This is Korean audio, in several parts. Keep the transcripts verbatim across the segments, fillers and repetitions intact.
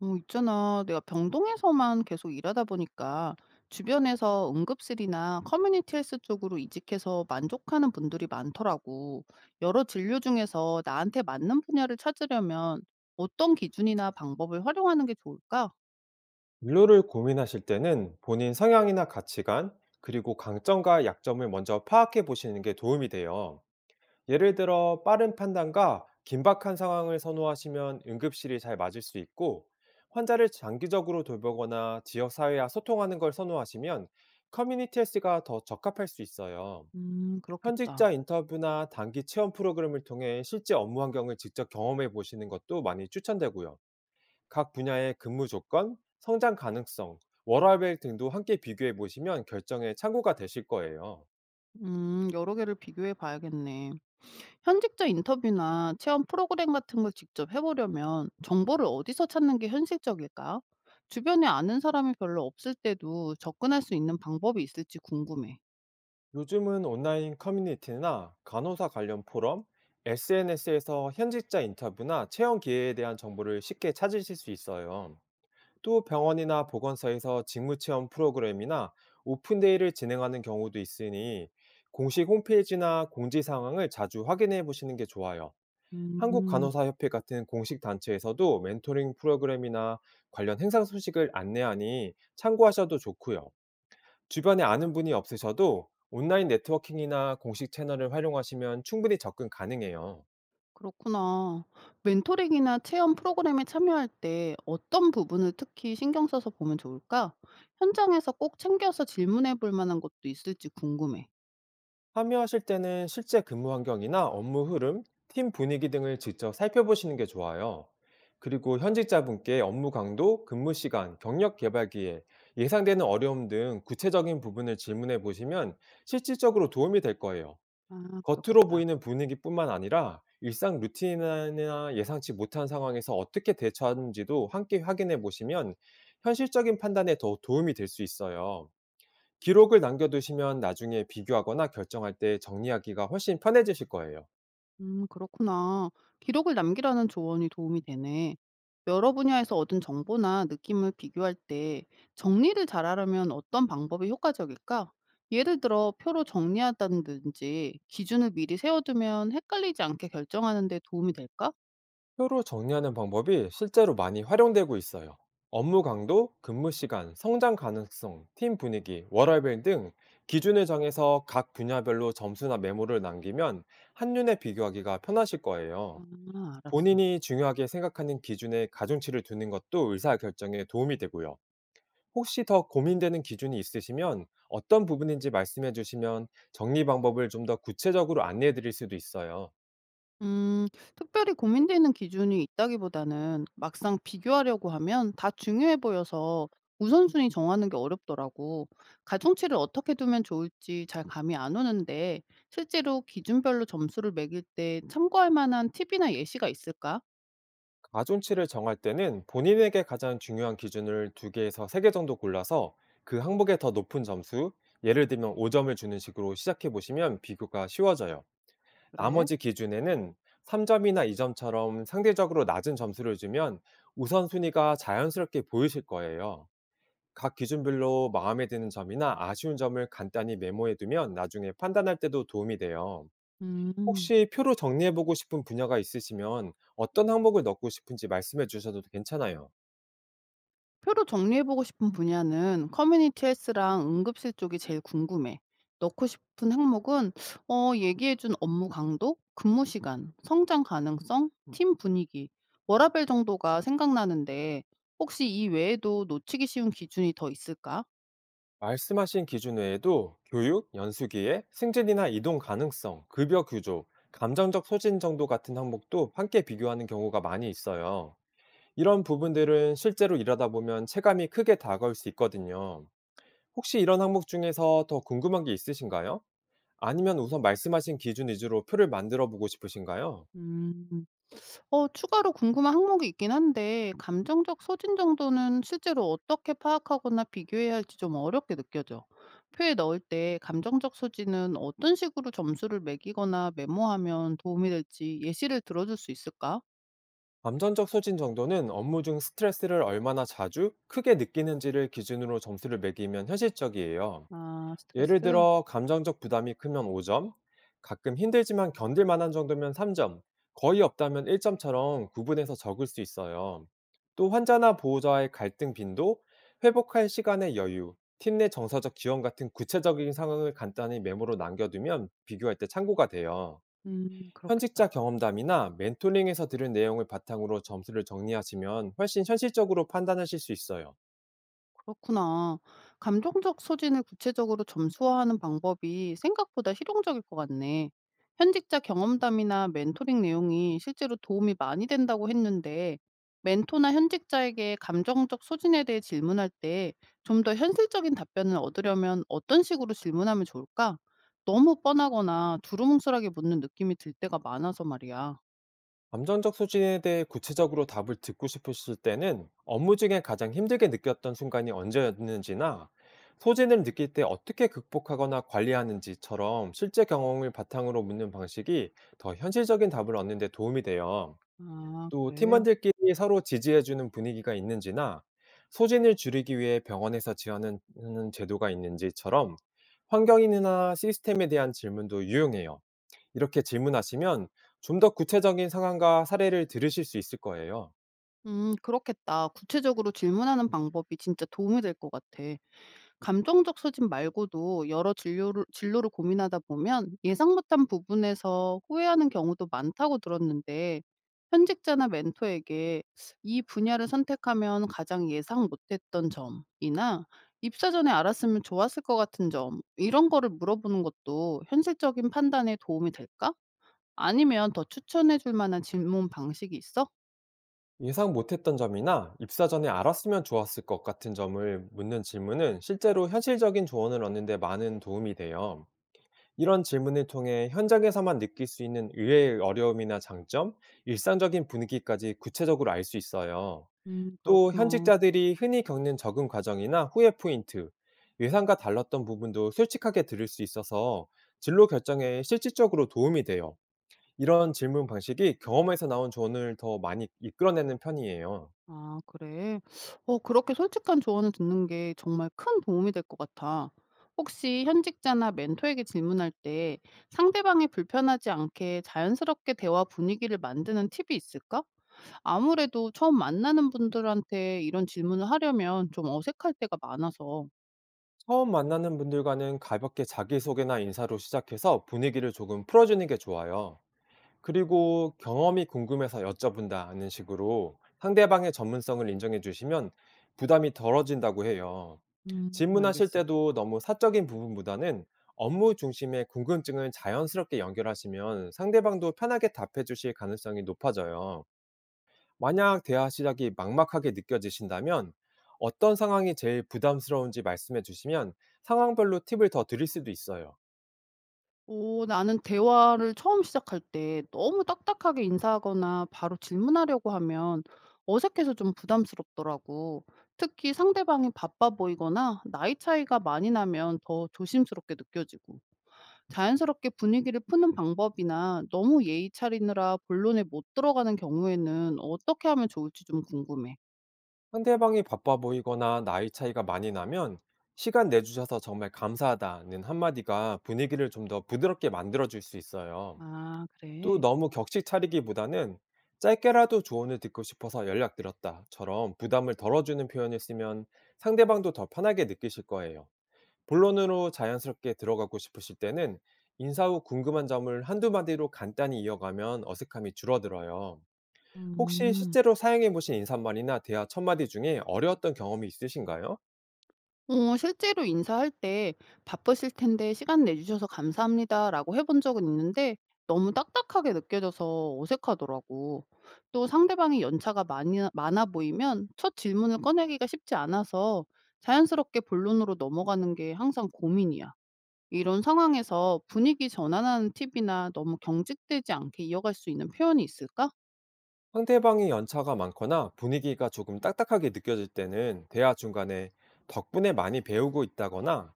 어, 있잖아. 내가 병동에서만 계속 일하다 보니까 주변에서 응급실이나 커뮤니티 헬스 쪽으로 이직해서 만족하는 분들이 많더라고. 여러 진료 중에서 나한테 맞는 분야를 찾으려면 어떤 기준이나 방법을 활용하는 게 좋을까? 진로를 고민하실 때는 본인 성향이나 가치관, 그리고 강점과 약점을 먼저 파악해 보시는 게 도움이 돼요. 예를 들어 빠른 판단과 긴박한 상황을 선호하시면 응급실이 잘 맞을 수 있고, 환자를 장기적으로 돌보거나 지역사회와 소통하는 걸 선호하시면 커뮤니티 헬스가 더 적합할 수 있어요. 음, 현직자 그렇겠다. 인터뷰나 단기 체험 프로그램을 통해 실제 업무 환경을 직접 경험해 보시는 것도 많이 추천되고요. 각 분야의 근무 조건, 성장 가능성, 워라밸 등도 함께 비교해 보시면 결정에 참고가 되실 거예요. 음, 여러 개를 비교해 봐야겠네. 현직자 인터뷰나 체험 프로그램 같은 걸 직접 해보려면 정보를 어디서 찾는 게 현실적일까? 주변에 아는 사람이 별로 없을 때도 접근할 수 있는 방법이 있을지 궁금해. 요즘은 온라인 커뮤니티나 간호사 관련 포럼, 에스엔에스에서 현직자 인터뷰나 채용 기회에 대한 정보를 쉽게 찾으실 수 있어요. 또 병원이나 보건소에서 직무 체험 프로그램이나 오픈데이를 진행하는 경우도 있으니, 공식 홈페이지나 공지 상황을 자주 확인해 보시는 게 좋아요. 음, 한국간호사협회 같은 공식 단체에서도 멘토링 프로그램이나 관련 행사 소식을 안내하니 참고하셔도 좋고요. 주변에 아는 분이 없으셔도 온라인 네트워킹이나 공식 채널을 활용하시면 충분히 접근 가능해요. 그렇구나. 멘토링이나 체험 프로그램에 참여할 때 어떤 부분을 특히 신경 써서 보면 좋을까? 현장에서 꼭 챙겨서 질문해 볼 만한 것도 있을지 궁금해. 참여하실 때는 실제 근무 환경이나 업무 흐름, 팀 분위기 등을 직접 살펴보시는 게 좋아요. 그리고 현직자분께 업무 강도, 근무 시간, 경력 개발 기회, 예상되는 어려움 등 구체적인 부분을 질문해 보시면 실질적으로 도움이 될 거예요. 아, 겉으로 그렇겠다. 보이는 분위기뿐만 아니라 일상 루틴이나 예상치 못한 상황에서 어떻게 대처하는지도 함께 확인해 보시면 현실적인 판단에 더 도움이 될 수 있어요. 기록을 남겨두시면 나중에 비교하거나 결정할 때 정리하기가 훨씬 편해지실 거예요. 음, 그렇구나. 기록을 남기라는 조언이 도움이 되네. 여러 분야에서 얻은 정보나 느낌을 비교할 때 정리를 잘하려면 어떤 방법이 효과적일까? 예를 들어 표로 정리한다든지 기준을 미리 세워두면 헷갈리지 않게 결정하는 데 도움이 될까? 표로 정리하는 방법이 실제로 많이 활용되고 있어요. 업무 강도, 근무 시간, 성장 가능성, 팀 분위기, 워라밸 등 기준을 정해서 각 분야별로 점수나 메모를 남기면 한눈에 비교하기가 편하실 거예요. 아, 알았어. 본인이 중요하게 생각하는 기준에 가중치를 두는 것도 의사결정에 도움이 되고요. 혹시 더 고민되는 기준이 있으시면 어떤 부분인지 말씀해 주시면 정리 방법을 좀 더 구체적으로 안내해 드릴 수도 있어요. 음, 특별히 고민되는 기준이 있다기보다는 막상 비교하려고 하면 다 중요해 보여서 우선순위 정하는 게 어렵더라고. 가중치를 어떻게 두면 좋을지 잘 감이 안 오는데 실제로 기준별로 점수를 매길 때 참고할 만한 팁이나 예시가 있을까? 가중치를 정할 때는 본인에게 가장 중요한 기준을 두 개에서 세 개 정도 골라서 그 항목에 더 높은 점수, 예를 들면 오 점을 주는 식으로 시작해 보시면 비교가 쉬워져요. 그래? 나머지 기준에는 삼 점이나 이 점처럼 상대적으로 낮은 점수를 주면 우선순위가 자연스럽게 보이실 거예요. 각 기준별로 마음에 드는 점이나 아쉬운 점을 간단히 메모해 두면 나중에 판단할 때도 도움이 돼요. 음. 혹시 표로 정리해 보고 싶은 분야가 있으시면 어떤 항목을 넣고 싶은지 말씀해 주셔도 괜찮아요. 표로 정리해보고 싶은 분야는 커뮤니티 헬스랑 응급실 쪽이 제일 궁금해. 넣고 싶은 항목은 어, 얘기해준 업무 강도, 근무 시간, 성장 가능성, 팀 분위기, 워라밸 정도가 생각나는데 혹시 이 외에도 놓치기 쉬운 기준이 더 있을까? 말씀하신 기준 외에도 교육, 연수기에, 승진이나 이동 가능성, 급여 규조, 감정적 소진 정도 같은 항목도 함께 비교하는 경우가 많이 있어요. 이런 부분들은 실제로 일하다 보면 체감이 크게 다가올 수 있거든요. 혹시 이런 항목 중에서 더 궁금한 게 있으신가요? 아니면 우선 말씀하신 기준 위주로 표를 만들어 보고 싶으신가요? 음. 어 추가로 궁금한 항목이 있긴 한데 감정적 소진 정도는 실제로 어떻게 파악하거나 비교해야 할지 좀 어렵게 느껴져. 표에 넣을 때 감정적 소진은 어떤 식으로 점수를 매기거나 메모하면 도움이 될지 예시를 들어줄 수 있을까? 감정적 소진 정도는 업무 중 스트레스를 얼마나 자주 크게 느끼는지를 기준으로 점수를 매기면 현실적이에요. 아, 예를 스트레스? 들어 감정적 부담이 크면 오 점, 가끔 힘들지만 견딜 만한 정도면 삼 점, 거의 없다면 일 점처럼 구분해서 적을 수 있어요. 또 환자나 보호자와의 갈등 빈도, 회복할 시간의 여유, 팀 내 정서적 지원 같은 구체적인 상황을 간단히 메모로 남겨두면 비교할 때 참고가 돼요. 음, 현직자 그렇겠다. 경험담이나 멘토링에서 들은 내용을 바탕으로 점수를 정리하시면 훨씬 현실적으로 판단하실 수 있어요. 그렇구나. 감정적 소진을 구체적으로 점수화하는 방법이 생각보다 실용적일 것 같네. 현직자 경험담이나 멘토링 내용이 실제로 도움이 많이 된다고 했는데, 멘토나 현직자에게 감정적 소진에 대해 질문할 때 좀 더 현실적인 답변을 얻으려면 어떤 식으로 질문하면 좋을까? 너무 뻔하거나 두루뭉술하게 묻는 느낌이 들 때가 많아서 말이야. 감정적 소진에 대해 구체적으로 답을 듣고 싶으실 때는 업무 중에 가장 힘들게 느꼈던 순간이 언제였는지나 소진을 느낄 때 어떻게 극복하거나 관리하는지처럼 실제 경험을 바탕으로 묻는 방식이 더 현실적인 답을 얻는 데 도움이 돼요. 아, 또 그래? 팀원들끼리 서로 지지해주는 분위기가 있는지나, 소진을 줄이기 위해 병원에서 지원하는 제도가 있는지처럼 환경이나 시스템에 대한 질문도 유용해요. 이렇게 질문하시면 좀 더 구체적인 상황과 사례를 들으실 수 있을 거예요. 음, 그렇겠다. 구체적으로 질문하는 방법이 진짜 도움이 될 것 같아. 감정적 소진 말고도 여러 진료를 진로를 고민하다 보면 예상 못한 부분에서 후회하는 경우도 많다고 들었는데 현직자나 멘토에게 이 분야를 선택하면 가장 예상 못했던 점이나 입사 전에 알았으면 좋았을 것 같은 점 이런 거를 물어보는 것도 현실적인 판단에 도움이 될까? 아니면 더 추천해 줄 만한 질문 방식이 있어? 예상 못했던 점이나 입사 전에 알았으면 좋았을 것 같은 점을 묻는 질문은 실제로 현실적인 조언을 얻는데 많은 도움이 돼요. 이런 질문을 통해 현장에서만 느낄 수 있는 의외의 어려움이나 장점, 일상적인 분위기까지 구체적으로 알 수 있어요. 음, 또 그렇구나. 현직자들이 흔히 겪는 적응 과정이나 후회 포인트, 예상과 달랐던 부분도 솔직하게 들을 수 있어서 진로 결정에 실질적으로 도움이 돼요. 이런 질문 방식이 경험에서 나온 조언을 더 많이 이끌어내는 편이에요. 아 그래? 어 그렇게 솔직한 조언을 듣는 게 정말 큰 도움이 될 것 같아. 혹시 현직자나 멘토에게 질문할 때 상대방이 불편하지 않게 자연스럽게 대화 분위기를 만드는 팁이 있을까? 아무래도 처음 만나는 분들한테 이런 질문을 하려면 좀 어색할 때가 많아서. 처음 만나는 분들과는 가볍게 자기소개나 인사로 시작해서 분위기를 조금 풀어주는 게 좋아요. 그리고 경험이 궁금해서 여쭤본다는 식으로 상대방의 전문성을 인정해 주시면 부담이 덜어진다고 해요. 음, 질문하실 알겠어. 때도 너무 사적인 부분보다는 업무 중심의 궁금증을 자연스럽게 연결하시면 상대방도 편하게 답해 주실 가능성이 높아져요. 만약 대화 시작이 막막하게 느껴지신다면 어떤 상황이 제일 부담스러운지 말씀해 주시면 상황별로 팁을 더 드릴 수도 있어요. 오, 나는 대화를 처음 시작할 때 너무 딱딱하게 인사하거나 바로 질문하려고 하면 어색해서 좀 부담스럽더라고. 특히 상대방이 바빠 보이거나 나이 차이가 많이 나면 더 조심스럽게 느껴지고. 자연스럽게 분위기를 푸는 방법이나 너무 예의 차리느라 본론에 못 들어가는 경우에는 어떻게 하면 좋을지 좀 궁금해. 상대방이 바빠 보이거나 나이 차이가 많이 나면, 시간 내주셔서 정말 감사하다는 한마디가 분위기를 좀 더 부드럽게 만들어줄 수 있어요. 아, 또 그래. 너무 격식 차리기보다는 짧게라도 조언을 듣고 싶어서 연락드렸다처럼 부담을 덜어주는 표현을 쓰면 상대방도 더 편하게 느끼실 거예요. 본론으로 자연스럽게 들어가고 싶으실 때는 인사 후 궁금한 점을 한두 마디로 간단히 이어가면 어색함이 줄어들어요. 혹시 음. 실제로 사용해 보신 인사말이나 대화 첫마디 중에 어려웠던 경험이 있으신가요? 어 실제로 인사할 때 "바쁘실 텐데 시간 내주셔서 감사합니다."라고 해본 적은 있는데 너무 딱딱하게 느껴져서 어색하더라고. 또 상대방이 연차가 많이 많아 보이면 첫 질문을 꺼내기가 쉽지 않아서 자연스럽게 본론으로 넘어가는 게 항상 고민이야. 이런 상황에서 분위기 전환하는 팁이나 너무 경직되지 않게 이어갈 수 있는 표현이 있을까? 상대방이 연차가 많거나 분위기가 조금 딱딱하게 느껴질 때는 대화 중간에 덕분에 많이 배우고 있다거나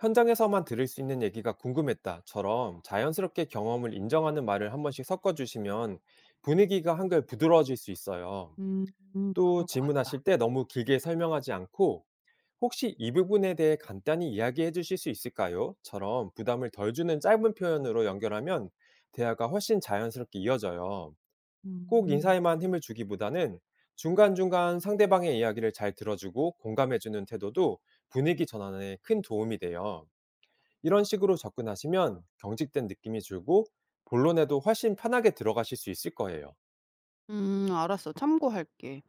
현장에서만 들을 수 있는 얘기가 궁금했다처럼 자연스럽게 경험을 인정하는 말을 한 번씩 섞어주시면 분위기가 한결 부드러워질 수 있어요. 음 음, 또 그럴 것 같다. 질문하실 때 너무 길게 설명하지 않고 "혹시 이 부분에 대해 간단히 이야기해 주실 수 있을까요?"처럼 부담을 덜 주는 짧은 표현으로 연결하면 대화가 훨씬 자연스럽게 이어져요. 꼭 음. 인사에만 힘을 주기보다는 중간중간 상대방의 이야기를 잘 들어주고 공감해 주는 태도도 분위기 전환에 큰 도움이 돼요. 이런 식으로 접근하시면 경직된 느낌이 줄고 본론에도 훨씬 편하게 들어가실 수 있을 거예요. 음 알았어. 참고할게.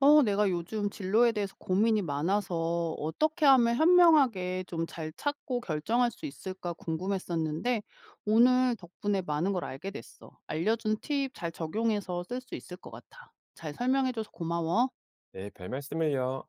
어, 내가 요즘 진로에 대해서 고민이 많아서 어떻게 하면 현명하게 좀 잘 찾고 결정할 수 있을까 궁금했었는데 오늘 덕분에 많은 걸 알게 됐어. 알려준 팁 잘 적용해서 쓸 수 있을 것 같아. 잘 설명해줘서 고마워. 네, 별말씀을요.